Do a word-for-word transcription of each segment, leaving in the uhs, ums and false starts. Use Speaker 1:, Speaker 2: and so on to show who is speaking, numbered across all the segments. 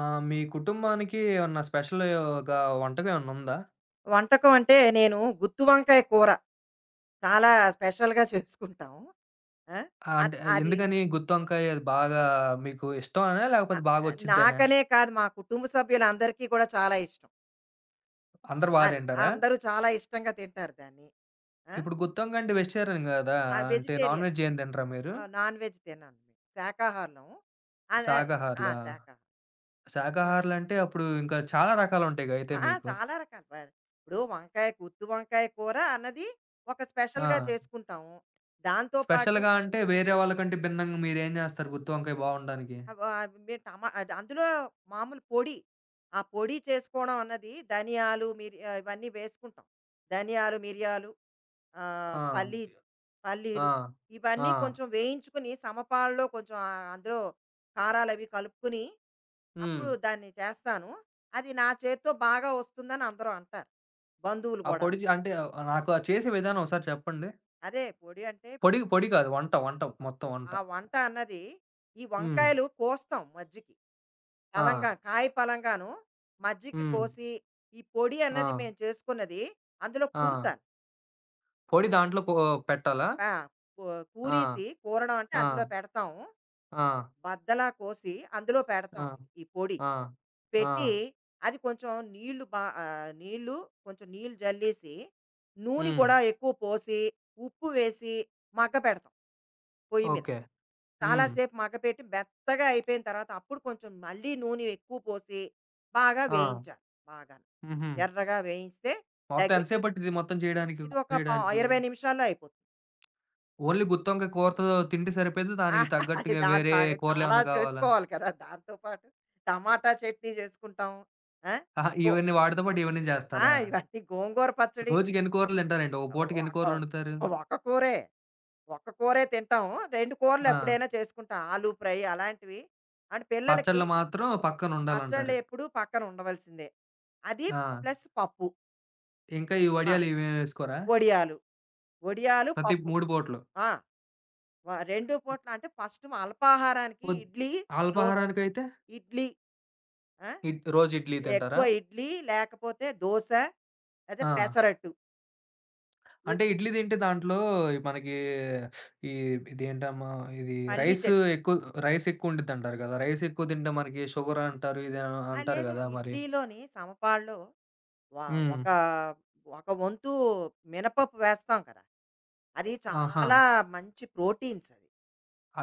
Speaker 1: ఆ! మీ కుటుంబానికి ఏమన్నా స్పెషల్‌గా వంటకం ఏమన్నా ఉందా?
Speaker 2: వంటకం అంటే నేను గుత్తి వంకాయ కూర చాలా స్పెషల్‌గా చేసుకుంటాం. ఆ!
Speaker 1: ఆహ్, అంటే
Speaker 2: అద్ అది
Speaker 1: ఎందుకని గుత్తొంకాయ అది బాగా మీకు ఇష్టమనా?
Speaker 2: అ
Speaker 1: లేకపోతే బాగొచ్చిద్దనా?
Speaker 2: నాకనే కాదు, మా కుటుంబ సభ్యులందరికీ కూడా చాలా ఇష్టం.
Speaker 1: అందరూ బా
Speaker 2: అది.
Speaker 1: తింటారా?
Speaker 2: అందరూ చాలా ఇష్టంగా తింటారు దాన్ని. ఆ!
Speaker 1: ఇప్పుడు గుత్తొంకాయ అంటే వెజిటేరియన్ గదా!
Speaker 2: ఆ,
Speaker 1: అంటే నాన్
Speaker 2: వెజిటేరియన్.
Speaker 1: వెజ్ ఏం తినరా మీరు?
Speaker 2: ఆహ్, నాన్ వెజ్ తినను. శాకాహారులం. అదే, ఆ! ఆ,
Speaker 1: శాకాహారులా?
Speaker 2: శాకాహారం. ఆ!
Speaker 1: శాకాహారులంటే అప్పుడు ఇంకా చాలా రకాలుంటాయిగా అయితే
Speaker 2: ఆ!
Speaker 1: మీకు.
Speaker 2: చాలా రకాలు. వ ఇప్పుడు వంకాయ గుత్తి వంకాయ కూర అన్నది ఒక
Speaker 1: ఆ!
Speaker 2: స్పెషల్‌గా చేసుకుంటాము. దాంతో పాటు
Speaker 1: స్పెషల్‌గా అంటే వేరే వాళ్ళకంటే భిన్నంగా మీరేం జేస్తారు గుత్తొంకాయ బావుండడానికి?
Speaker 2: అవ అవి మీరు టమా అది అందులో మామూలు పొడి. ఆ పొడి చేసుకోవడం అన్నది ధనియాలు, మిరి ఆహ్, ఇవన్నీ వేసుకుంటాం. ధనియాలు, మిరియాలు, ఆహ్,
Speaker 1: ఆ!
Speaker 2: పల్లి
Speaker 1: ఆ!
Speaker 2: పల్లీలు,
Speaker 1: ఆ!
Speaker 2: ఇవన్నీ కొంచెం వేయించుకుని, సమపాలలో కొంచెం, ఆహ్, అందులో కారాలవి కలుపుకొని
Speaker 1: హ్మ్.
Speaker 2: అప్పుడు దాన్ని చేస్తాను. అది నా చేత్తో బాగా వస్తుందని అందరూ అంటారు. బంధువులు
Speaker 1: ఆ పొడి
Speaker 2: గూడాను.
Speaker 1: జ అంటే నాకు అది చేసే విధానం ఒకసారి చెప్పండి?
Speaker 2: అదే పొడి అంటే
Speaker 1: పొడి పొడి కాదు. వంట, వంట. మొత్తం వంట.
Speaker 2: ఆ వంట అన్నది, ఈ
Speaker 1: హ్మ్.
Speaker 2: వంకాయలు కోస్తాం మధ్యకి.
Speaker 1: ఆ!
Speaker 2: పలంగా కాయ పలంగాను మజ్జిగ
Speaker 1: హ్మ్.
Speaker 2: కోసి, ఈ పొడి
Speaker 1: ఆ!
Speaker 2: అన్నది మేము చేసుకున్నది అందులో
Speaker 1: ఆ!
Speaker 2: కూరుతాను.
Speaker 1: పొడి దాంట్లో కో పెట్టాలా?
Speaker 2: ఆ! కూ
Speaker 1: ఆ!
Speaker 2: కూరేసి, కూరడం అంటే
Speaker 1: ఆ!
Speaker 2: అందులో పెడతాం.
Speaker 1: ఆ!
Speaker 2: బద్దలా కోసి అందులో
Speaker 1: ఆ!
Speaker 2: పెడతాం ఇది, ఈ పొడి.
Speaker 1: ఆ! ఆ!
Speaker 2: పెట్టి, అది కొంచెం నీళ్లు బా ఆహ్, నీళ్లు కొంచెం నీళ్లు జల్లేసి, నూనె
Speaker 1: హ్మ్.
Speaker 2: కూడా ఎక్కువ పోసి, ఉప్పు వేసి మగ్గపెడతాం పొయ్యి మీద.
Speaker 1: ఓకే.
Speaker 2: చాలా
Speaker 1: హ్మ్.
Speaker 2: సేపు మగ్గపెట్టి, మెత్తగా అయిపోయిన తర్వాత అప్పుడు కొంచెం మళ్ళీ నూనె ఎక్కువ పోసి బాగా
Speaker 1: ఆ!
Speaker 2: వేయించాలి, బాగాను.
Speaker 1: హుహు.
Speaker 2: ఎర్రగా వేయించితే
Speaker 1: మొత్తం
Speaker 2: దగ్గ
Speaker 1: ఎంత సేపు పట్టిద్ది మొత్తం చేయడానికి,
Speaker 2: ఇది
Speaker 1: కుక్
Speaker 2: ఒక పా
Speaker 1: చేయడానికి?
Speaker 2: ఇరవై నిమిషాల్లో అయిపోతుంది.
Speaker 1: ఓన్లీ గుత్తొంకాయ కూరతో తింటే సరిపోయిద్దా?
Speaker 2: ఆ,
Speaker 1: దానికి
Speaker 2: అది
Speaker 1: తగ్గట్టుగా
Speaker 2: దాని
Speaker 1: వేరే
Speaker 2: తాగే చాలా
Speaker 1: కూరలేమన్నా కావాలా?
Speaker 2: చేసుకోవాలి కదా! దాంతో పాటు టమాటా చట్నీ చేసుకుంటాం. ఆ!
Speaker 1: ఆహా!
Speaker 2: గో
Speaker 1: ఇవన్నీ వాటితో పాటు ఇవన్నీ
Speaker 2: ఆ!
Speaker 1: జేస్తారా?
Speaker 2: ఇవన్నీ గోంగూర పచ్చడి.
Speaker 1: రోజుకెన్ని కూరలు తింటారేంటి? ఒక పూటకి ఎన్ని కూరలొండుతారు?
Speaker 2: ఒక ఒక కూరే. ఒక్క కూరే తింటాం. రెండు కూరలు
Speaker 1: ఆ!
Speaker 2: ఎప్పుడైనా చేసుకుంటాం. ఆలు ఫ్రై అలాంటివి. అండ్ పిల్లలకి
Speaker 1: పచ్చడ్లు మాత్రం
Speaker 2: పచ్చళ్ళు
Speaker 1: పక్కనుండాలంటారు.
Speaker 2: ఎప్పుడూ పక్కన ఉండవలసిందే. అది
Speaker 1: ఆ!
Speaker 2: ప్లస్ పప్పు.
Speaker 1: ఇంకా ఈ
Speaker 2: ఆ!
Speaker 1: వడియాలు ఇవేమి వేసుకోరా?
Speaker 2: వడియాలు. వడియాలు,
Speaker 1: ప్రతి
Speaker 2: పప్పు.
Speaker 1: మూడు పూటలు.
Speaker 2: ఆ! వ రెండు పూట్ల అంటే, ఫస్ట్ అల్పాహారానికి
Speaker 1: పొద్
Speaker 2: ఇడ్లీ, దోస,
Speaker 1: అల్పాహారానికైతే
Speaker 2: ఇడ్లీ. ఆ!
Speaker 1: ఇడ్ రోజు ఇడ్లీ తింటారా?
Speaker 2: ఎక్కువ ఇడ్లీ, లేకపోతే దోస, లేదా
Speaker 1: ఆ!
Speaker 2: పెసరట్టు,
Speaker 1: అంటే
Speaker 2: ఇద్
Speaker 1: ఇడ్లీ తింటే దాంట్లో మనకి ఈ ఇదేంటమ్మా ఇది
Speaker 2: పల్లీ
Speaker 1: రైస్
Speaker 2: చట్నీ.
Speaker 1: ఎక్కువ రైస్ ఎక్కువుండిద్దంటారు కదా! రైస్ ఎక్కువ తింటే మనకి షుగర్ అంటారు, ఇది ఆహ్,
Speaker 2: ఆ!
Speaker 1: అంటారు
Speaker 2: లేదా,
Speaker 1: కదా! మరి.
Speaker 2: ఇడ్లీలోని సమపాల్లో వ
Speaker 1: హ్మ్.
Speaker 2: ఒక ఒక వంతు మినపప్పు వేస్తాం కదా! అది
Speaker 1: ఆహా!
Speaker 2: చాలా మంచి ప్రోటీన్స్ అది.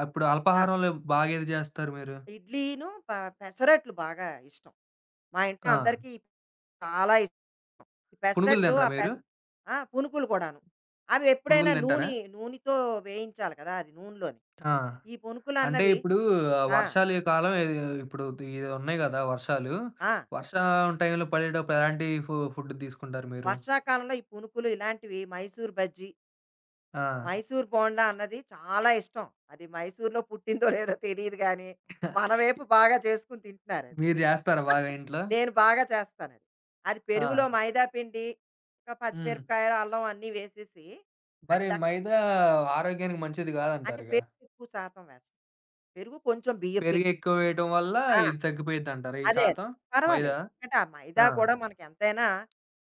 Speaker 1: అప్పుడు
Speaker 2: ఆ!
Speaker 1: అల్పాహారంలో బాగా ఏది చేస్తారు మీరు?
Speaker 2: ఇడ్లీను, ప పెసరట్లు బాగా ఇష్టం. మా ఇంట్లో
Speaker 1: ఆ!
Speaker 2: అందరికీ చాలా ఇష్టం. ఈ
Speaker 1: పునుగులు
Speaker 2: పెసరట్లు
Speaker 1: తినరా
Speaker 2: ఆ పె
Speaker 1: మీరు?
Speaker 2: ఆ! పునుకులు కూడాను. అవి ఎప్పుడైనా
Speaker 1: పునుగులు తింటారా?
Speaker 2: నూనె నూనెతో వేయించాలి కదా! అది నూనెలోని.
Speaker 1: ఆ!
Speaker 2: ఈ
Speaker 1: అంటే
Speaker 2: పునుకులన్నవి.
Speaker 1: ఇప్పుడు ఆహ్,
Speaker 2: ఆ!
Speaker 1: వర్షాలు ఈ కాలం ఎ ఇప్పుడు ఇ ఉన్నాయి గదా! వర్షాలు.
Speaker 2: ఆ!
Speaker 1: వర్షం టైంలో పడేటప్పుడు ఎలాంటి ఫు ఫుడ్ తీసుకుంటారు మీరు?
Speaker 2: వర్షాకాలంలో ఈ పునుకులు ఇలాంటివి, మైసూర్ బజ్జీ,
Speaker 1: ఆ!
Speaker 2: మైసూర్ బోండా అన్నది చాలా ఇష్టం. అది మైసూర్‌లో పుట్టిందో లేదో తెలీదు గానీ, మన వైపు బాగా చేసుకొని తింటున్నారది.
Speaker 1: మీరు జేస్తారా బాగా ఇంట్లో?
Speaker 2: నేను బాగా చేస్తానది. అది అది
Speaker 1: ఆ!
Speaker 2: పెరుగులో మైదా పిండి, ఇంకా
Speaker 1: హ్మ్.
Speaker 2: పచ్చిమిరపకాయ, అల్లం అన్నీ వేసేసి, అది
Speaker 1: మరి
Speaker 2: చక్
Speaker 1: మైదా ఆరోగ్యానికి మంచిది
Speaker 2: అంటే
Speaker 1: గాదంటారుగా?
Speaker 2: పెరుగు ఎక్కువ శాతం వేస్తాను. పెరుగు కొంచెం,
Speaker 1: పెరుగు
Speaker 2: బియ్యపిండి.
Speaker 1: ఎక్కువ వేయటం వల్ల
Speaker 2: ఆ!
Speaker 1: ఇది తగ్గిపోయిద్దంటారా ఈ
Speaker 2: అదే, అదే.
Speaker 1: శాతం? మైదా?
Speaker 2: పర్వాలేదు. ఎందుకంటే ఆ మైదా
Speaker 1: ఆ!
Speaker 2: కూడా మనకెంతైనా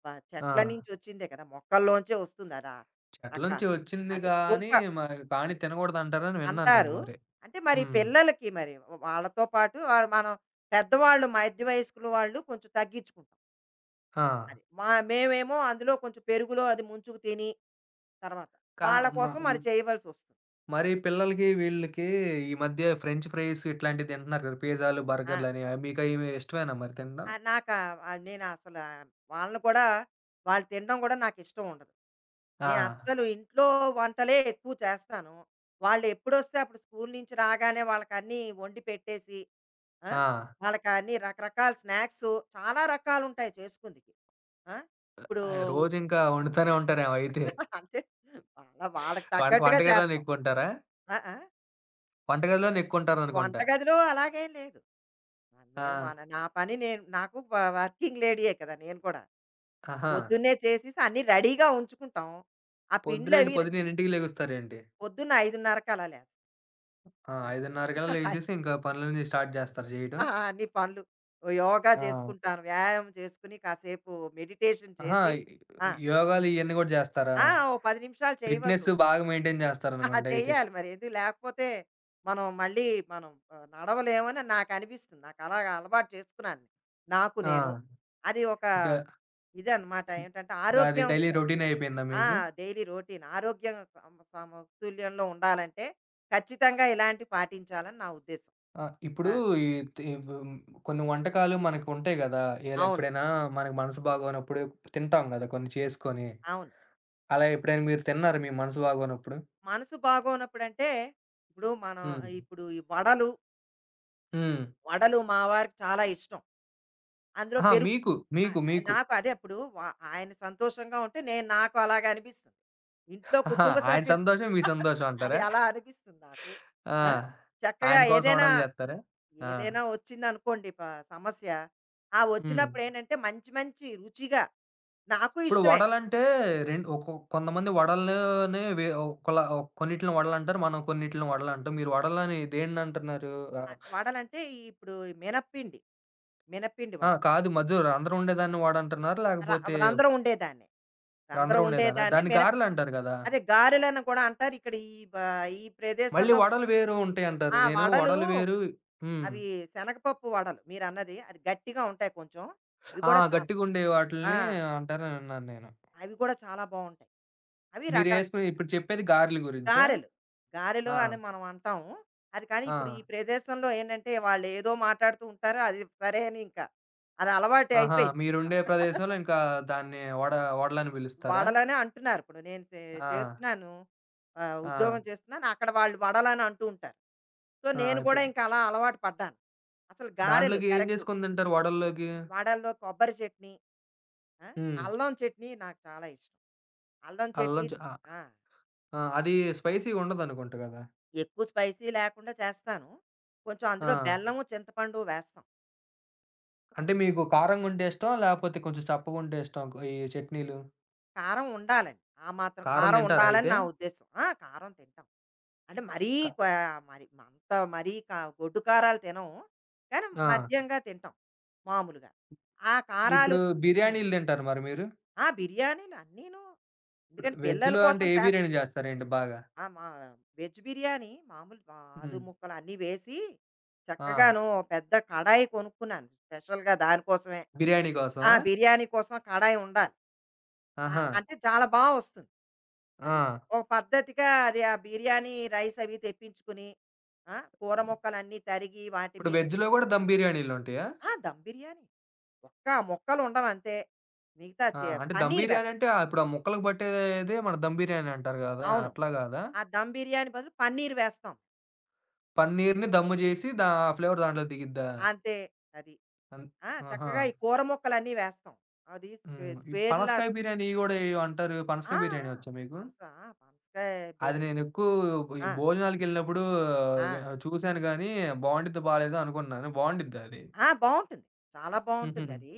Speaker 2: ప చెట్ల
Speaker 1: ఆ!
Speaker 2: నుంచి వచ్చిందే కదా! మొక్కల్లోంచే వస్తుంది అదా,
Speaker 1: చెట్ల
Speaker 2: అక్క.
Speaker 1: నుంచి వచ్చింది
Speaker 2: అదే.
Speaker 1: గానీ,
Speaker 2: దుంప.
Speaker 1: మరి కానీ
Speaker 2: అది.
Speaker 1: తినగూడదంటారని విన్నాను నేను
Speaker 2: అంటారు.
Speaker 1: మరి.
Speaker 2: అంటే మరి
Speaker 1: హ్మ్.
Speaker 2: పిల్లలకి మరి వాళ్ళతో పాటు, ఆహ్, మనం పెద్దవాళ్ళు, మధ్య వయస్కులు వాళ్ళు కొంచెం తగ్గించుకుంటాం.
Speaker 1: ఆ!
Speaker 2: అది. మా మేమేమో అందులో కొంచెం పెరుగులో అది ముంచుకు తిని తర్వాత
Speaker 1: కా
Speaker 2: వాళ్ళ
Speaker 1: మ
Speaker 2: కోసం మరి చేయవలసొస్తుంది.
Speaker 1: మరి
Speaker 2: అది.
Speaker 1: పిల్లలకి వీళ్ళకి ఈ మధ్య ఫ్రెంచ్ ఫ్రైస్ ఇట్లాంటివి తింటున్నారు కదా! పిజ్జాలు,
Speaker 2: ఆ!
Speaker 1: బర్గర్‌లని అవి మీకయి ఇష్టమేనా మరి తినడం?
Speaker 2: ఆ! నాకా, ఆహ్, నేనసల వాళ్ళని కూడా, వాళ్ళు తినడం కూడా నాకిష్టం ఉండదు.
Speaker 1: ఆ!
Speaker 2: నేనస్సలు ఇంట్లో వంటలే ఎక్కువ చేస్తాను. వాళ్ళెప్పుడొస్తే అప్పుడు, స్కూల్ నుంచి రాగానే వాళ్ళకన్నీ వండి పెట్టేసి, ఆ!
Speaker 1: ఆ!
Speaker 2: వాళ్ళకన్నీ రకరకాల స్నాక్సు చాలా రకాలుంటాయి చేసుకుందికి. ఆ! ఇప్పుడు
Speaker 1: అయి రోజింకా వండుతానే ఉంటారేమో అయితే.
Speaker 2: అంతే, వాళ్ళ వాళ్ళకి
Speaker 1: వంట
Speaker 2: తగ్గట్టుగా
Speaker 1: వంటగదిలోనే
Speaker 2: చేస్తాం.
Speaker 1: ఎక్కుంటారా?
Speaker 2: ఆ! ఆ!
Speaker 1: వంటగదిలోనే ఎక్కుంటారనుకుంటా.
Speaker 2: వంటగదిలో అలాగేం లేదు.
Speaker 1: ఆ!
Speaker 2: మేము మన నా పని, నేను, నాకు వ వర్కింగ్ లేడీయే కదా! నేను కూడా.
Speaker 1: ఆహా!
Speaker 2: పొద్దున్నే చేసేసి అన్నీ రెడీగా ఉంచుకుంటాం. ఆ
Speaker 1: పొద్దునేంటి
Speaker 2: పిండ్లవి ర్
Speaker 1: పొద్దున ఎన్నింటికి లెగుస్తారేంటి?
Speaker 2: పొద్దున్న 5:30కి అలా లేస్తాం.
Speaker 1: ఆ!
Speaker 2: ఆ!
Speaker 1: 5:30కల్లా లెగిసేసి ఇంకా పనులన్నీ స్టార్ట్ చేస్తారా చేయడం?
Speaker 2: ఆ! అన్ని పనులు, ఓ యోగా
Speaker 1: ఆ!
Speaker 2: చేసుకుంటాను. వ్యాయామం చేసుకొని కాసేపు మెడిటేషన్
Speaker 1: ఆహా!
Speaker 2: చేసి, ఆ!
Speaker 1: యోగాలు ఇయన్నీ గూడా జేస్తారా?
Speaker 2: ఆ! ఓ పది నిమిషాలు
Speaker 1: ఫిట్‌నెస్
Speaker 2: చేయవలసొస్తుంది.
Speaker 1: బాగా మెయింటైన్
Speaker 2: ఆ!
Speaker 1: జేస్తారనుకుంట అయితే.
Speaker 2: చెయ్యాలి మరి. ఇది లేకపోతే మనం మళ్ళీ, మనం, ఆహ్, నడవలేమని నాకనిపిస్తుంది. నాకలాగా అలవాటు చేసుకున్నాను. నాకు
Speaker 1: ఆ!
Speaker 2: నేను. అది ఒక
Speaker 1: ఇంకా
Speaker 2: ఇదనమాట. ఏంటంటే
Speaker 1: ఇంకా అది డైలీ
Speaker 2: ఆరోగ్యంకే,
Speaker 1: రొటీన్ అయిపోయిందా
Speaker 2: ఆ!
Speaker 1: మీకు?
Speaker 2: Daily routine. ఆరోగ్యం సమ సమతుల్యంలో ఉండాలంటే ఖచ్చితంగా ఇలాంటివి పాటించాలని నా ఉద్దేశం.
Speaker 1: ఆ! ఇప్పుడు
Speaker 2: ఆ!
Speaker 1: ఈ తి వ్ కొన్ని వంటకాలు మనకుంటాయి గదా! ఇలా
Speaker 2: అవును.
Speaker 1: ఎప్పుడైనా మనకు మనసు బాగోనప్పుడు తింటాం గదా! కొన్ని చేసుకొని.
Speaker 2: అవును.
Speaker 1: అలా ఎప్పుడైనా మీరు తిన్నారా మీ మనసు బాగోనప్పుడు?
Speaker 2: మనసు బాగోనప్పుడంటే, ఇప్పుడు మనం,
Speaker 1: హ్మ్.
Speaker 2: ఇప్పుడు ఈ వడలు,
Speaker 1: హ్మ్.
Speaker 2: వడలు మా వారికి చాలా ఇష్టం. అందులో
Speaker 1: అహా!
Speaker 2: పెరుగు.
Speaker 1: మీకు,
Speaker 2: ఆ!
Speaker 1: మీకు, మీకు.
Speaker 2: నాకు అదే, ఇప్పుడు వా ఆయన సంతోషంగా ఉంటే, నేను, నాకు అలాగే అనిపిస్తుంది. ఇంట్లో
Speaker 1: అహా!
Speaker 2: కుటుంబ
Speaker 1: ఆయన
Speaker 2: సభ్యులు.
Speaker 1: సంతోషం, మీ సంతోషం
Speaker 2: అది
Speaker 1: అంటారా?
Speaker 2: అలా అనిపిస్తుంది నాకు.
Speaker 1: ఆ!
Speaker 2: ఆ! చక్కగా
Speaker 1: ఆయన కోసం
Speaker 2: ఏదైనా,
Speaker 1: ఓడాలు జేత్తారా? ఆ!
Speaker 2: ఏదైనా వచ్చిందనుకోండి ప సమస్య. ఆ
Speaker 1: హ్మ్.
Speaker 2: వచ్చినప్పుడు ఏంటంటే మంచి మంచి రుచిగా నాకు
Speaker 1: ఇప్పుడు
Speaker 2: ఇష్టమే.
Speaker 1: వడలంటే రెం ఒకొ కొంతమంది వడలనే వే ఒకలా కొన్నిటిలిని వడలంటారు. మనం కొన్నిటిలిని వడలంటాం. మీరు వడలని దేన్నంటున్నారు? ఆహ్,
Speaker 2: అంటే వడలంటే, ఈ, ఇప్పుడు ఈ మినప్పిండి, మినప్పిండి
Speaker 1: ఆ! ఆ,
Speaker 2: వడలు.
Speaker 1: కాదు మధ్యలో రంధ్రం ఉండేదాన్ని వడంటున్నారా?
Speaker 2: ర
Speaker 1: లేకపోతే
Speaker 2: రంధ్రం ఉండేదాన్నే. రంధ్రం
Speaker 1: రంధ్రం ఉండేదానా?
Speaker 2: ఉండేదాన్ని
Speaker 1: దాన్ని
Speaker 2: మినప్
Speaker 1: గారెలంటారు గదా!
Speaker 2: అదే గారెలని కూడా అంటారు. ఇక్కడ ఈ బ ఈ
Speaker 1: మళ్ళీ
Speaker 2: ప్రదేశంలో
Speaker 1: వడలు వేరు ఉంటాయంటారు.
Speaker 2: ఆ
Speaker 1: నేను
Speaker 2: వడలు
Speaker 1: వడలు వేరు హ్మ్.
Speaker 2: అవి, శనగపప్పు వడలు మీరన్నది. అది గట్టిగా ఉంటాయి కొంచెం. అవి
Speaker 1: ఆ!
Speaker 2: కూడా చాలా,
Speaker 1: గట్టిగుండే
Speaker 2: ఆ!
Speaker 1: వాటిల్ని అంటారని విన్నాను నేను.
Speaker 2: అవి కూడా చాలా బావుంటాయి. అవి రకరక
Speaker 1: మీరేసుకుని ఇప్పుడు చెప్పేది గారెల గురించా?
Speaker 2: గారెలు. గారెలు అని
Speaker 1: ఆ!
Speaker 2: మనం అంటాము. అది, కానీ
Speaker 1: ఆ!
Speaker 2: ఇప్పుడు ఈ ప్రదేశంలో ఏంటంటే వాళ్ళేదో మాట్లాడుతూ ఉంటారు. అది సరే అని, ఇంకా అది అలవాటే
Speaker 1: ఆహా!
Speaker 2: అయిపోయింది.
Speaker 1: మీరుండే ప్రదేశంలో ఇంకా దాన్ని వడ వడలని పిలుస్తారా?
Speaker 2: వడలనే అంటున్నారు. ఇప్పుడు నేను చే
Speaker 1: ఆ!
Speaker 2: చేస్తున్నాను. ఆహ్,
Speaker 1: ఆ!
Speaker 2: ఉద్యోగం చేస్తున్నాను. అక్కడ వాళ్ళు వడలని అంటూ ఉంటారు. సో,
Speaker 1: ఆ!
Speaker 2: నేను కూడా
Speaker 1: ఇప్పుడు
Speaker 2: ఇంకా అలా అలవాటు పడ్డాను. అసలు గారెలు
Speaker 1: దాంట్లోకి ఏం
Speaker 2: కరెక్టు.
Speaker 1: చేసుకొని తింటారు వడల్లోకి?
Speaker 2: వడల్లో కొబ్బరి చట్నీ, ఆ!
Speaker 1: హ్మ్.
Speaker 2: అల్లం చట్నీ నాకు చాలా ఇష్టం. అల్లం
Speaker 1: అల్లం
Speaker 2: చట్నీ.
Speaker 1: చ ఆహ్,
Speaker 2: ఆ!
Speaker 1: ఆ! అది స్పైసీగా ఉండదనుకుంట గదా!
Speaker 2: ఎక్కువ స్పైసీ లేకుండా చేస్తాను. కొంచెం
Speaker 1: ఆ!
Speaker 2: అందులో బెల్లము, చింతపండు వేస్తాం.
Speaker 1: అంటే
Speaker 2: అది.
Speaker 1: మీకు కారంగుంటే ఇష్టమా? లేపోతే కొంచెం చప్పగుంటే ఇష్టమా ఈ చట్నీలు?
Speaker 2: కారం ఉండాలండి. ఆ మాత్రం
Speaker 1: కారం
Speaker 2: కారం
Speaker 1: తింటారా
Speaker 2: ఉండాలని
Speaker 1: అయితే?
Speaker 2: నా ఉద్దేశ్యం. ఆ! కారం తింటాం. అంటే మరీ
Speaker 1: క
Speaker 2: క్వ మరి అంత మరీ కా గొడ్డు కారాలు తినం. కానీ
Speaker 1: ఆ!
Speaker 2: మధ్యంగా తింటాం మామూలుగా. ఆ కారాలు.
Speaker 1: ఇప్పుడు
Speaker 2: హ్మ్.
Speaker 1: బిర్యానీలు తింటారా మరి మీరు?
Speaker 2: ఆ! బిర్యానీలు అన్నీను.
Speaker 1: ఇప్పుడు
Speaker 2: ఎందుకంటే పిల్లల
Speaker 1: వెజ్‌లో అంటే
Speaker 2: కోసం
Speaker 1: ఏ
Speaker 2: చేస్తాం.
Speaker 1: బిర్యానీ జేస్తారేంటి బాగా?
Speaker 2: ఆ! మా వెజ్ బిర్యానీ మామూలు, మా ఆలు
Speaker 1: హ్మ్.
Speaker 2: ముక్కలు అన్నీ వేసి,
Speaker 1: ఆ!
Speaker 2: చక్కగాను, ఓ పెద్ద కడాయి కొనుక్కున్నాను స్పెషల్‌గా దానికోసమే.
Speaker 1: బిర్యానీ
Speaker 2: ఆ!
Speaker 1: కోసమా?
Speaker 2: బిర్యానీ కోసం కడాయి ఉండాలి. ఆ!
Speaker 1: ఆహా!
Speaker 2: అంటే చాలా బా వస్తుంది.
Speaker 1: ఆ!
Speaker 2: అది. ఒక పద్ధతిగా అది ఆ బిర్యానీ రైస్ అవి తెప్పించుకుని, ఆ! కూర ముక్కలన్నీ తరిగి వాటి
Speaker 1: ఇప్పుడు
Speaker 2: మీద.
Speaker 1: వెజ్‌లో గూడా దమ్ బిర్యానీలుంటాయా?
Speaker 2: ఆ! దమ్ బిర్యానీ. ఒక్క ముక్కలు ఉండవంతే. మిగతా
Speaker 1: ఆ!
Speaker 2: చే
Speaker 1: అంటే దమ్
Speaker 2: పన్నీర్
Speaker 1: బిర్యానీ
Speaker 2: వేస్తాం.
Speaker 1: అంటే, ఇప్పుడు ఆ ముక్కలకు పట్టేదే మన దమ్ బిర్యానీ అంటారు గదా!
Speaker 2: అవును.
Speaker 1: అట్లా గాదా?
Speaker 2: ఆ దమ్ బిర్యానీ బదులు పన్నీర్ వేస్తాం.
Speaker 1: పన్నీర్‌ని దమ్ము చేసి దా ఆ ఫ్లేవర్ దాంట్లో దిగిద్దా?
Speaker 2: అంతే. అది.
Speaker 1: అన్
Speaker 2: ఆ!
Speaker 1: ఆహా!
Speaker 2: చక్కగా ఈ కూర ముక్కలన్నీ వేస్తాం. అది స్క్వే
Speaker 1: హ్మ్. ఈ
Speaker 2: స్క్వేర్‌లా
Speaker 1: పనసకాయ బిర్యానీ గూడా ఏయో అంటారు. పనసకాయ
Speaker 2: ఆ!
Speaker 1: బిర్యానీ
Speaker 2: ఆ!
Speaker 1: వచ్చా మీకు?
Speaker 2: పనస ఆ! పనసకాయ, బె
Speaker 1: అది నేనెక్కువ ఈ
Speaker 2: ఆ!
Speaker 1: భోజనాలకెళ్ళినప్పుడు
Speaker 2: ఆ!
Speaker 1: వె చూసాను గానీ, బావుండిద్దో బాలేదో అనుకున్నాను. బావుండిద్దా అది?
Speaker 2: ఆ! బావుంటుంది. చాలా
Speaker 1: హుహు.
Speaker 2: బావుంటుందది.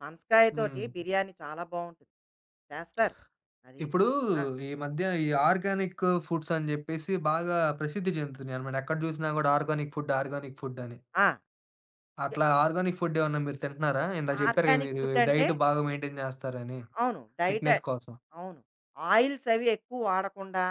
Speaker 2: పనసకాయ తోటి
Speaker 1: హ్మ్.
Speaker 2: బిర్యానీ చాలా బావుంటుంది. చేస్తారు. అది.
Speaker 1: ఇప్పుడు
Speaker 2: ఆ!
Speaker 1: ఈ మధ్య ఈ ఆర్గానిక్ ఫుడ్స్ అని జెప్పేసి బాగా ప్రసిద్ధి చెందుతున్నాయనమాట. ఎక్కడ జూసినా గూడా ఆర్గానిక్ ఫుడ్, ఆర్గానిక్ ఫుడ్ అని.
Speaker 2: ఆ! య
Speaker 1: అట్లా ఆర్గానిక్ ఫుడ్ ఏమన్నా మీరు తింటున్నారా? ఇందాక చెప్పారు గదా!
Speaker 2: ఆర్గానిక్
Speaker 1: మీరు
Speaker 2: ఫుడ్ అంటే
Speaker 1: డైట్ బాగా మెయింటైన్ జేస్తారని
Speaker 2: అవును. డైట్
Speaker 1: ఫిట్‌నెస్ కోసం.
Speaker 2: అవును. ఆయిల్స్ అవి ఎక్కువ వాడకుండా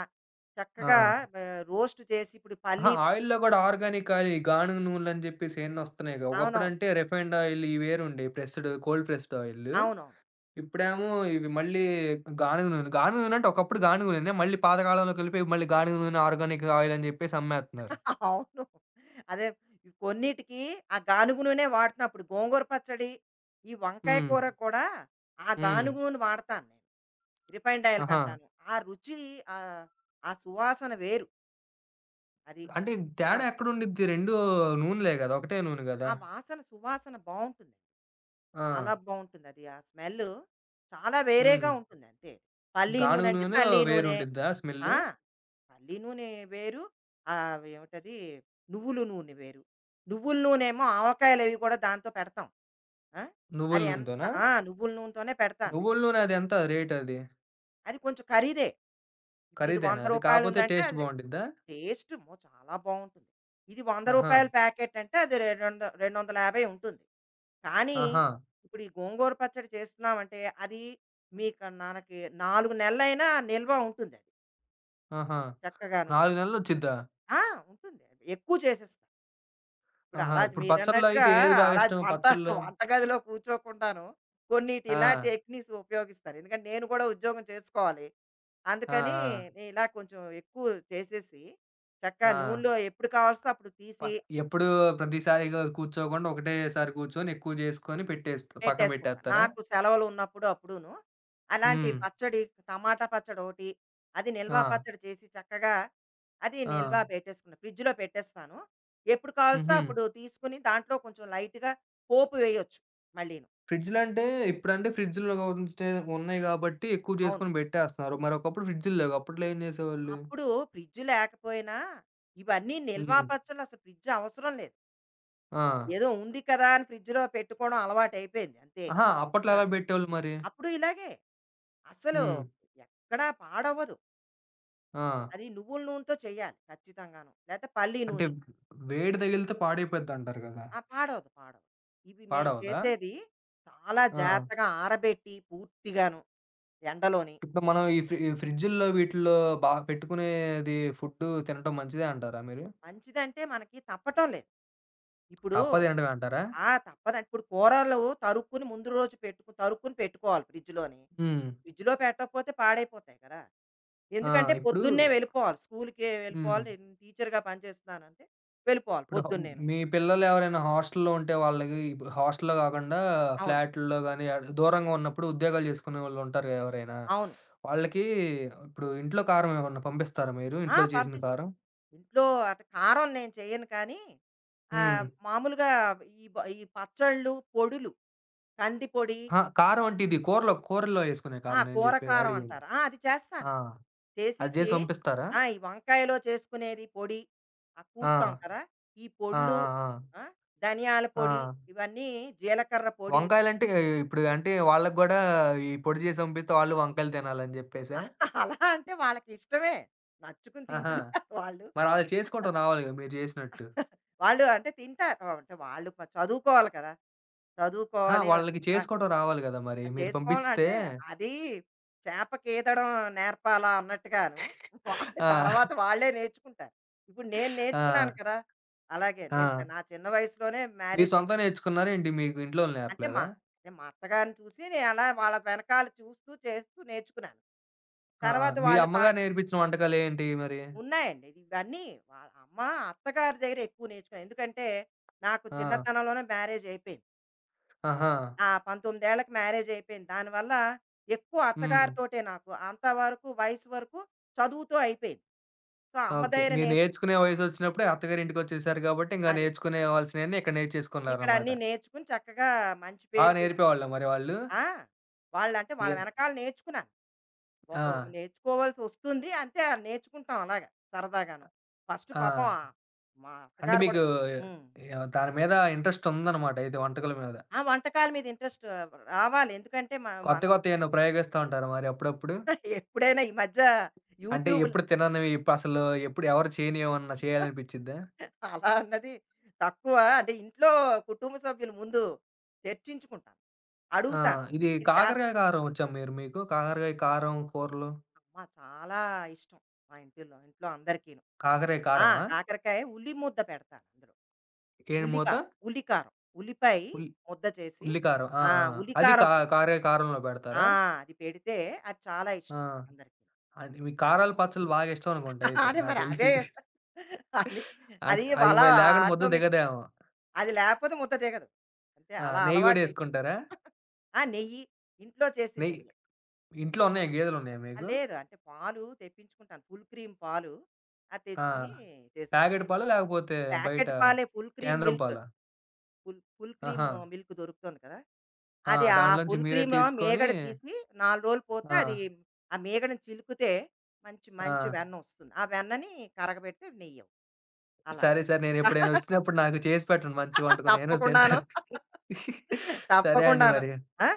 Speaker 1: ఆ!
Speaker 2: చక్కగా, ఆహ్, రోస్ట్ చేసి, ఇప్పుడు
Speaker 1: అహా!
Speaker 2: పల్లి.
Speaker 1: ఆయిల్‌లో గూడా ఆర్గానిక్ ఆయిల్ ఈ గానుగ నూనెలని జెప్పేసి ఇయన్నొస్తున్నాయిగా.
Speaker 2: అవునవును.
Speaker 1: ఒకప్పుడంటే రిఫైన్డ్ ఆయిల్ ఇయి వేరుండేయి. ప్రెస్డ్ కోల్డ్ ప్రెస్డ్ ఆయిల్లు.
Speaker 2: అవునవును.
Speaker 1: ఇప్పుడేమో ఇవి మళ్ళీ గానుగ నూనె. గానుగ నూనె అంటే ఒకప్పుడు గానుగ నూనె. మళ్ళీ పాతకాలంలోకి వెళ్ళిపోయి మళ్ళీ గానుగ నూనె, ఆర్గానిక్ ఆయిల్ అని జెప్పేసి అమ్మేత్తన్నారు.
Speaker 2: అవును. అదే కొన్నిటికి ఆ గానుగు నూనె వాడుతున్నా. ఇప్పుడు గోంగూర పచ్చడి, ఈ వంకాయ
Speaker 1: హ్మ్.
Speaker 2: కూర కూడా ఆ
Speaker 1: హ్మ్.
Speaker 2: గానుగు నూనె వాడతాను నేను. రిఫైన్డ్ ఆయిల్
Speaker 1: ఆహా!
Speaker 2: కంటాను. ఆ రుచి, ఆహ్, ఆ సువాసన వేరు. అది.
Speaker 1: అంటే
Speaker 2: ఆ!
Speaker 1: తేడా ఎక్కడుండిద్ది? రెండు నూనెలే గదా! ఒకటే నూనె గదా!
Speaker 2: ఆ వాసన సువాసన బావుంటుంది.
Speaker 1: ఆ!
Speaker 2: చాలా బావుంటుంది అది. ఆ స్మెల్ చాలా
Speaker 1: హ్మ్.
Speaker 2: వేరేగా ఉంటుంది అంతే. పల్లి
Speaker 1: గానుగ
Speaker 2: నూనె అంటే
Speaker 1: నూనె
Speaker 2: పల్లి నూనె.
Speaker 1: వేరుండిద్దా
Speaker 2: ఆ!
Speaker 1: స్మెల్లు?
Speaker 2: పల్లి నూనె వేరు. ఆహ్, ఏమిటది, నువ్వుల నూనె వేరు. నువ్వుల నూనేమో ఆవకాయలు అవి కూడా దాంతో పెడతాం. ఆ!
Speaker 1: నువ్వుల
Speaker 2: అది ఎంత,
Speaker 1: నూనెతోనా?
Speaker 2: ఆ! నువ్వుల నూనెతోనే పెడతాను
Speaker 1: నువ్వుల
Speaker 2: నేను.
Speaker 1: నూనె అదెంత రేటది?
Speaker 2: అది కొంచెం ఖరీదే. ఇప్పుడు ఇది రూ.
Speaker 1: ఖరీదేనా అది?
Speaker 2: వంద
Speaker 1: కాపోతే
Speaker 2: ఉందంటే
Speaker 1: టేస్ట్
Speaker 2: అది,
Speaker 1: బావుండిద్దా?
Speaker 2: టేస్ట్ అమ్మో! చాలా బావుంటుంది. ఇది రూ. వంద
Speaker 1: ఆహా!
Speaker 2: ప్యాకెట్ అంటే అది రె రెండు 250 ఉంటుంది. కానీ
Speaker 1: ఆహా!
Speaker 2: ఇప్పుడు ఈ గోంగూర పచ్చడి చేస్తున్నామంటే అది మీకు, మనకి నాలుగు నెలలైనా నిల్వ ఉంటుందది
Speaker 1: ఆహా!
Speaker 2: చక్కగాను.
Speaker 1: నాలుగు నెలలొచ్చిద్దా?
Speaker 2: ఆ! ఉంటుంది. ఎక్కువ చేసేస్తాం. ఇప్పుడు
Speaker 1: ఆహా!
Speaker 2: అలా
Speaker 1: ఇప్పుడు పచ్చడ్లో
Speaker 2: మీరన్నట్టుగా
Speaker 1: అయితే ఏది బాగా
Speaker 2: అలా
Speaker 1: ఇష్టం
Speaker 2: వంట
Speaker 1: పచ్చడ్లో?
Speaker 2: వంటగదిలో కూర్చోకుండాను కొన్నిటి
Speaker 1: ఆ!
Speaker 2: ఇలాంటి టెక్నిక్స్ ఉపయోగిస్తారు. ఎందుకంటే నేను కూడా ఉద్యోగం చేసుకోవాలి.
Speaker 1: ఆ!
Speaker 2: అందుకని
Speaker 1: ఆ!
Speaker 2: నేను ఇలా కొంచెం ఎక్కువ చేసేసి, చక్కగా
Speaker 1: ఆ!
Speaker 2: నూనెలో ఎప్పుడు కావాల్సో అప్పుడు
Speaker 1: ప
Speaker 2: తీసి
Speaker 1: ఎప్పుడు ప్రతిసారి ఇగ కూర్చోకుండా ఒకటేసారి కూర్చొని ఎక్కువ జేసుకొని పెట్టేస్త పక్కన
Speaker 2: పెట్టేసుకుంటా.
Speaker 1: పెట్టేస్తారా?
Speaker 2: నాకు సెలవులు ఉన్నప్పుడు అప్పుడూను. అలాంటి
Speaker 1: హ్మ్.
Speaker 2: పచ్చడి, టమాటా పచ్చడి ఒకటి, అది నిల్వ
Speaker 1: ఆ!
Speaker 2: పచ్చడి చేసి చక్కగా, అది
Speaker 1: ఆ!
Speaker 2: నిల్వ పెట్టేసుకున్నా. ఫ్రిడ్జ్‌లో పెట్టేస్తాను. ఎప్పుడు కావాల్సో
Speaker 1: హుహు.
Speaker 2: అప్పుడు తీసుకొని దాంట్లో కొంచెం లైట్‌గా పోపు వేయొచ్చు మళ్ళీను.
Speaker 1: ఫ్రిడ్జ్‌లంటే ఇప్పుడంటే ఫ్రిడ్జ్‌లో ఉంటే ఉన్నాయి గాబట్టి ఎక్కువ
Speaker 2: అవును.
Speaker 1: జేసుకొని బెట్టేస్తున్నారు. మరి ఒకప్పుడు ఫ్రిడ్జ్‌లు లేవు. అప్పట్లో ఏం జేసేవాళ్ళు?
Speaker 2: అప్పుడు ఫ్రిడ్జ్ లేకపోయినా ఇవన్నీ నిల్వ
Speaker 1: హ్మ్.
Speaker 2: పచ్చళ్ళు, అసలు ఫ్రిడ్జ్ అవసరం లేదు.
Speaker 1: ఆ!
Speaker 2: ఏదో ఉంది కదా అని ఫ్రిడ్జ్‌లో పెట్టుకోవడం అలవాటైపోయింది అంతే.
Speaker 1: అహా! అప్పట్లో
Speaker 2: ఆ!
Speaker 1: ఎలా బెట్టేవాళ్ళు మరి?
Speaker 2: అప్పుడు ఇలాగే అస్సలు
Speaker 1: హ్మ్.
Speaker 2: ఎక్కడా పాడవ్వదు.
Speaker 1: ఆ!
Speaker 2: అది నువ్వుల నూనెతో చేయాలి ఖచ్చితంగాను. లేతే పల్లి
Speaker 1: అంటే
Speaker 2: నూనె.
Speaker 1: వేడి తగిలితే పాడైపోద్దంటారు కదా!
Speaker 2: ఆ! పాడవదు, పాడవదు. ఇవి మేము
Speaker 1: పాడవదా?
Speaker 2: చేసేది చాలా
Speaker 1: ఆ!
Speaker 2: జాగ్రత్తగా ఆరబెట్టి పూర్తిగాను ఎండలోని.
Speaker 1: ఇప్పుడు మనం ఈ ఫ్రి ఫ్రిడ్జుల్లో వీటిల్లో బా పెట్టుకునేది ఫుడ్డు తినటం మంచిదే అంటారా మీరు?
Speaker 2: మంచిదంటే మనకి తప్పటం లేదు. ఇప్పుడు,
Speaker 1: తప్పదేంటమే అంటారా?
Speaker 2: ఆ! తప్పదు. ఇప్పుడు కూరలు తరుక్కుని, ముందు రోజు పెట్టుకు తరుక్కుని పెట్టుకోవాలి ఫ్రిడ్జ్‌లోని.
Speaker 1: హ్మ్.
Speaker 2: ఫ్రిడ్జ్‌లో పెట్టకపోతే పాడైపోతాయి కదా!
Speaker 1: ఆ!
Speaker 2: ఎందుకంటే
Speaker 1: ఇప్పుడు
Speaker 2: పొద్దున్నే వెళ్ళిపోవాలి. స్కూల్‌కే
Speaker 1: హ్మ్.
Speaker 2: వెళ్ళిపోవాలి. నేను టీచర్‌గా పనిచేస్తున్నానంటే వెళ్ళిపోవాలి
Speaker 1: ఇప్పుడు హ
Speaker 2: పొద్దున్నేను.
Speaker 1: మీ పిల్లలు ఎవరైనా హాస్టల్‌లో ఉంటే వాళ్ళకి ఇప్పుడు హాస్టల్‌లో కాకుండా
Speaker 2: అవును.
Speaker 1: ఫ్లాట్‌ల్లో గాని ఆడ దూరంగా ఉన్నప్పుడు ఉద్యోగాలు చేసుకునేవాళ్ళు ఉంటారు కదా ఎవరైనా.
Speaker 2: అవును.
Speaker 1: వాళ్ళకి ఇప్పుడు ఇంట్లో కారం ఏమన్నా పంపిస్తారా మీరు?
Speaker 2: ఆ!
Speaker 1: ఇంట్లో చేసిన
Speaker 2: పంపిస్తా.
Speaker 1: కారం?
Speaker 2: ఇంట్లో అటు కారం నేను చెయ్యను కానీ,
Speaker 1: హ్మ్.
Speaker 2: ఆహ్, మామూలుగా ఈ బ ఈ పచ్చళ్ళు, పొడులు, కందిపొడి.
Speaker 1: అహా! కారం అంటే ఇది కూరలో కూరల్లో యేసుకునే
Speaker 2: ఆ!
Speaker 1: కారం నేను
Speaker 2: కూర
Speaker 1: జెప్పేది
Speaker 2: కారం
Speaker 1: అడిగేది.
Speaker 2: అంటారు. ఆ! అది చేస్తాను.
Speaker 1: ఆ! అది
Speaker 2: చేసేసి,
Speaker 1: జేసి పంపిస్తారా?
Speaker 2: ఆ! ఈ వంకాయలో చేసుకునేది పొడి. ఆ!
Speaker 1: ఆ!
Speaker 2: కూరుతాం కదా! ఈ
Speaker 1: ఆ!
Speaker 2: పొళ్ళు,
Speaker 1: ఆ! ఆ!
Speaker 2: ఆ! ధనియాల పొడి,
Speaker 1: ఆ!
Speaker 2: ఇవన్నీ, జీలకర్ర పొడి.
Speaker 1: వంకాయలంటే ఇప్పుడు అంటే వాళ్ళకి గూడా ఈ పొడి జేసి పంపిస్తే వాళ్ళు వంకాయలు తినాలని జెప్పేసా?
Speaker 2: అహ! అలా అంటే వాళ్ళకిష్టమే. నచ్చుకుని
Speaker 1: ఆహా!
Speaker 2: తింటున్నారు వాళ్ళు.
Speaker 1: మరి ఆళ్ళు చేసుకోవటం రావాలి గదా! మీరు జేసినట్టు.
Speaker 2: వాళ్ళు అంటే తింటారు. అంటే వాళ్ళు ప చదువుకోవాలి కదా!
Speaker 1: అహా!
Speaker 2: చదువుకోవాలి.
Speaker 1: వాళ్ళకి
Speaker 2: ఆ!
Speaker 1: చేసుకోవటం రావాలి గదా! మరి
Speaker 2: అది
Speaker 1: మీరు పంపిస్తే.
Speaker 2: చేసుకోవాలంటే అది, చేపకేదడం నేర్పాలా అన్నట్టుగాను. వాళ్ళు
Speaker 1: ఆ!
Speaker 2: తర్వాత వాళ్ళే నేర్చుకుంటారు. ఇప్పుడు నేను నేర్చుకున్నాను
Speaker 1: ఆ!
Speaker 2: కదా! అలాగే,
Speaker 1: ఆ!
Speaker 2: నేను చ- నా చిన్న వయసులోనే
Speaker 1: మీరు
Speaker 2: మ్యారేజ్ అయ్యి,
Speaker 1: సొంతంగా నేర్చుకున్నారా ఏంటి? మీకు ఇంట్లోళ్ళు
Speaker 2: అంటే మా
Speaker 1: నేర్పలేదా?
Speaker 2: అంటే మా అత్తగారిని చూసి, నేను అలా వాళ్ళ వెనకాల చూస్తూ, చేస్తూ నేర్చుకున్నాను.
Speaker 1: ఆ!
Speaker 2: తర్వాత
Speaker 1: మీ
Speaker 2: వాళ్ళు పా
Speaker 1: అమ్మగారు నేర్పించిన వంటకాలేంటి మరి?
Speaker 2: ఉన్నాయండి. ఇది- ఇవన్నీ వాళ్ళ అమ్మ, అత్తగారి దగ్గర ఎక్కువ నేర్చుకున్నాను. ఎందుకంటే నాకు
Speaker 1: ఆ!
Speaker 2: చిన్నతనంలోనే మ్యారేజ్ అయిపోయింది. అది.
Speaker 1: ఆహా!
Speaker 2: ఆ! పందొమ్మిది ఏళ్ళకి మ్యారేజ్ అయిపోయింది. దానివల్ల ఎక్కువ
Speaker 1: హ్మ్.
Speaker 2: అత్తగారితోటే నాకు. అంతవరకు వయసు వరకు చదువుతో అయిపోయింది. సో, అమ్మ
Speaker 1: ఓకే.
Speaker 2: దగ్గర
Speaker 1: మీరు
Speaker 2: నేర్చు
Speaker 1: నేర్చుకునే వయసొచ్చినప్పుడే అత్తగారింటికొచ్చేసారు గాబట్టి, ఇంక
Speaker 2: అది.
Speaker 1: నేర్చుకునేవాల్సినయన్నీ ఇక్కడ
Speaker 2: ఇక్కడ
Speaker 1: నేర్చేసుకున్నారనమాట.
Speaker 2: అన్నీ నేర్చుకుని చక్కగా మంచి
Speaker 1: బాగా
Speaker 2: పేరు తె
Speaker 1: నేర్పేవాళ్ళా మరి వాళ్ళు?
Speaker 2: ఆ! వాళ్ళంటే వాళ్ళ
Speaker 1: ఏ
Speaker 2: వెనకాల నేర్చుకున్నాను.
Speaker 1: ఆ!
Speaker 2: ఒక నేర్చుకోవాల్సొస్తుంది. అంతే, ఆ నేర్చుకుంటాం అలాగా సరదాగాను. ఫస్ట్
Speaker 1: ఆ!
Speaker 2: పాపం ఆ మా
Speaker 1: అంటే
Speaker 2: అత్తగారు కూడా.
Speaker 1: మీకు
Speaker 2: హ్మ్.
Speaker 1: యాహ్, దాని మీద ఇంట్రెస్టుందనమాట అయితే వంటకాల మీద.
Speaker 2: ఆ! వంటకాల మీద ఇంట్రెస్ట్ రావాలి. ఎందుకంటే మ
Speaker 1: కొత్త
Speaker 2: మనం
Speaker 1: కొత్తయేమన్నా ప్రయోగిస్తా ఉంటారా మరి అప్పుడప్పుడు?
Speaker 2: ఎప్పుడైనా, ఈ మధ్య
Speaker 1: అంటే
Speaker 2: యూట్యూబ్‌లు.
Speaker 1: ఎప్పుడు తిననివి ఇప్పుడసలు ఎప్పుడు ఎవరు చేయనియేమన్నా చేయాలనిపిచ్చిద్దా?
Speaker 2: అలా అన్నది తక్కువ. అంటే ఇంట్లో కుటుంబ సభ్యుల ముందు చర్చించుకుంటాను.
Speaker 1: ఆ!
Speaker 2: అడుగుతాను.
Speaker 1: ఇది
Speaker 2: ఇది చేస్త
Speaker 1: కాకరకాయ కారం వచ్చా మీరు మీకు? కాకరకాయ కారం కూరలు?
Speaker 2: అమ్మ చాలా ఇష్టం మా ఇంటిలో ఇంట్లో అందరికీను.
Speaker 1: కాకరకాయ
Speaker 2: ఆ!
Speaker 1: కారమా?
Speaker 2: కాకరకాయ ఉల్లి ముద్ద పెడతాను అందులో.
Speaker 1: ఏం మూత?
Speaker 2: ఉల్లికారం, ఉల్లికారం, ఉల్లిపాయ
Speaker 1: ఉల్
Speaker 2: ముద్ద చేసి,
Speaker 1: ఉల్లి కారం. ఆ!
Speaker 2: ఆ!
Speaker 1: ఆ! అది కా
Speaker 2: ఉల్లికారం పెట్టి,
Speaker 1: కాకరకాయ కారంలో పెడతారా?
Speaker 2: ఆ! అది పెడితే అది చాలా
Speaker 1: ఆ!
Speaker 2: ఇష్టం అందరికీ.
Speaker 1: అంటే మీకు
Speaker 2: ఆ!
Speaker 1: కారాలు, పచ్చళ్ళు బాగా ఇష్టం అనుకుంటా అయితే
Speaker 2: అదే
Speaker 1: నాకు
Speaker 2: మరి
Speaker 1: తెలిసి.
Speaker 2: అవే అది,
Speaker 1: అంటే
Speaker 2: అది
Speaker 1: అయి
Speaker 2: అలా
Speaker 1: మరి లేకుండా ముద్ద
Speaker 2: ఆటోమేటిక్,
Speaker 1: దిగదేమో.
Speaker 2: అది లేకపోతే ముద్ద దిగదు. అంతే,
Speaker 1: ఆ!
Speaker 2: అలా
Speaker 1: నెయ్యి గూడా
Speaker 2: అలవాటు అయిపోయింది.
Speaker 1: యేసుకుంటారా?
Speaker 2: ఆ! నెయ్యి ఇంట్లో చేసిన
Speaker 1: నెయ్యి
Speaker 2: నెయ్యే.
Speaker 1: ఇంట్లో ఉన్నాయా? గేదెలున్నాయా
Speaker 2: ఆ!
Speaker 1: మీకు?
Speaker 2: లేదు, అంటే పాలు తెప్పించుకుంటాను. ఫుల్ క్రీమ్ పాలు అది
Speaker 1: ఆ!
Speaker 2: తెచ్చుకొని చేసుకుంటాను.
Speaker 1: ప్యాకెట్ పాలా? లేకపోతే బయట
Speaker 2: ప్యాకెట్ పాలే, ఫుల్ క్రీమ్
Speaker 1: కేంద్రం
Speaker 2: మిల్క్.
Speaker 1: పాలా?
Speaker 2: ఫుల్ ఫుల్ క్రీమ్
Speaker 1: ఆహా!
Speaker 2: మిల్క్ దొరుకుతుంది కదా!
Speaker 1: ఆ!
Speaker 2: అది, ఆ
Speaker 1: దాంట్లోంచి
Speaker 2: ఫుల్
Speaker 1: మీరే
Speaker 2: క్రీమ్‌లో
Speaker 1: తీసుకొని
Speaker 2: మీగడ తీసి, నాలుగు రోజులు పోతే
Speaker 1: ఆ!
Speaker 2: అది, ఆ మీగడని చిలుకితే మంచి
Speaker 1: ఆ!
Speaker 2: మంచి వెన్న వస్తుంది. ఆ వెన్నని కరగబెడితే నెయ్యవుతుంది. అలాగా.
Speaker 1: సరే, సరే. నేనెప్పుడైనా వచ్చినప్పుడు నాకు చేసి పెట్టండి మంచి వంటకం. నేను
Speaker 2: తప్పకుండాను.
Speaker 1: తింటాను. సరే అండి
Speaker 2: తప్పకుండాను.
Speaker 1: మరి.
Speaker 2: ఆ!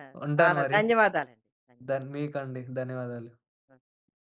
Speaker 2: ఆ!
Speaker 1: ఉంటాను
Speaker 2: చాలా
Speaker 1: మరి.
Speaker 2: ధన్యవాదాలండి. ధన్య
Speaker 1: ధన్ మీకండి. ధన్యవాదాలు.
Speaker 2: ఆ!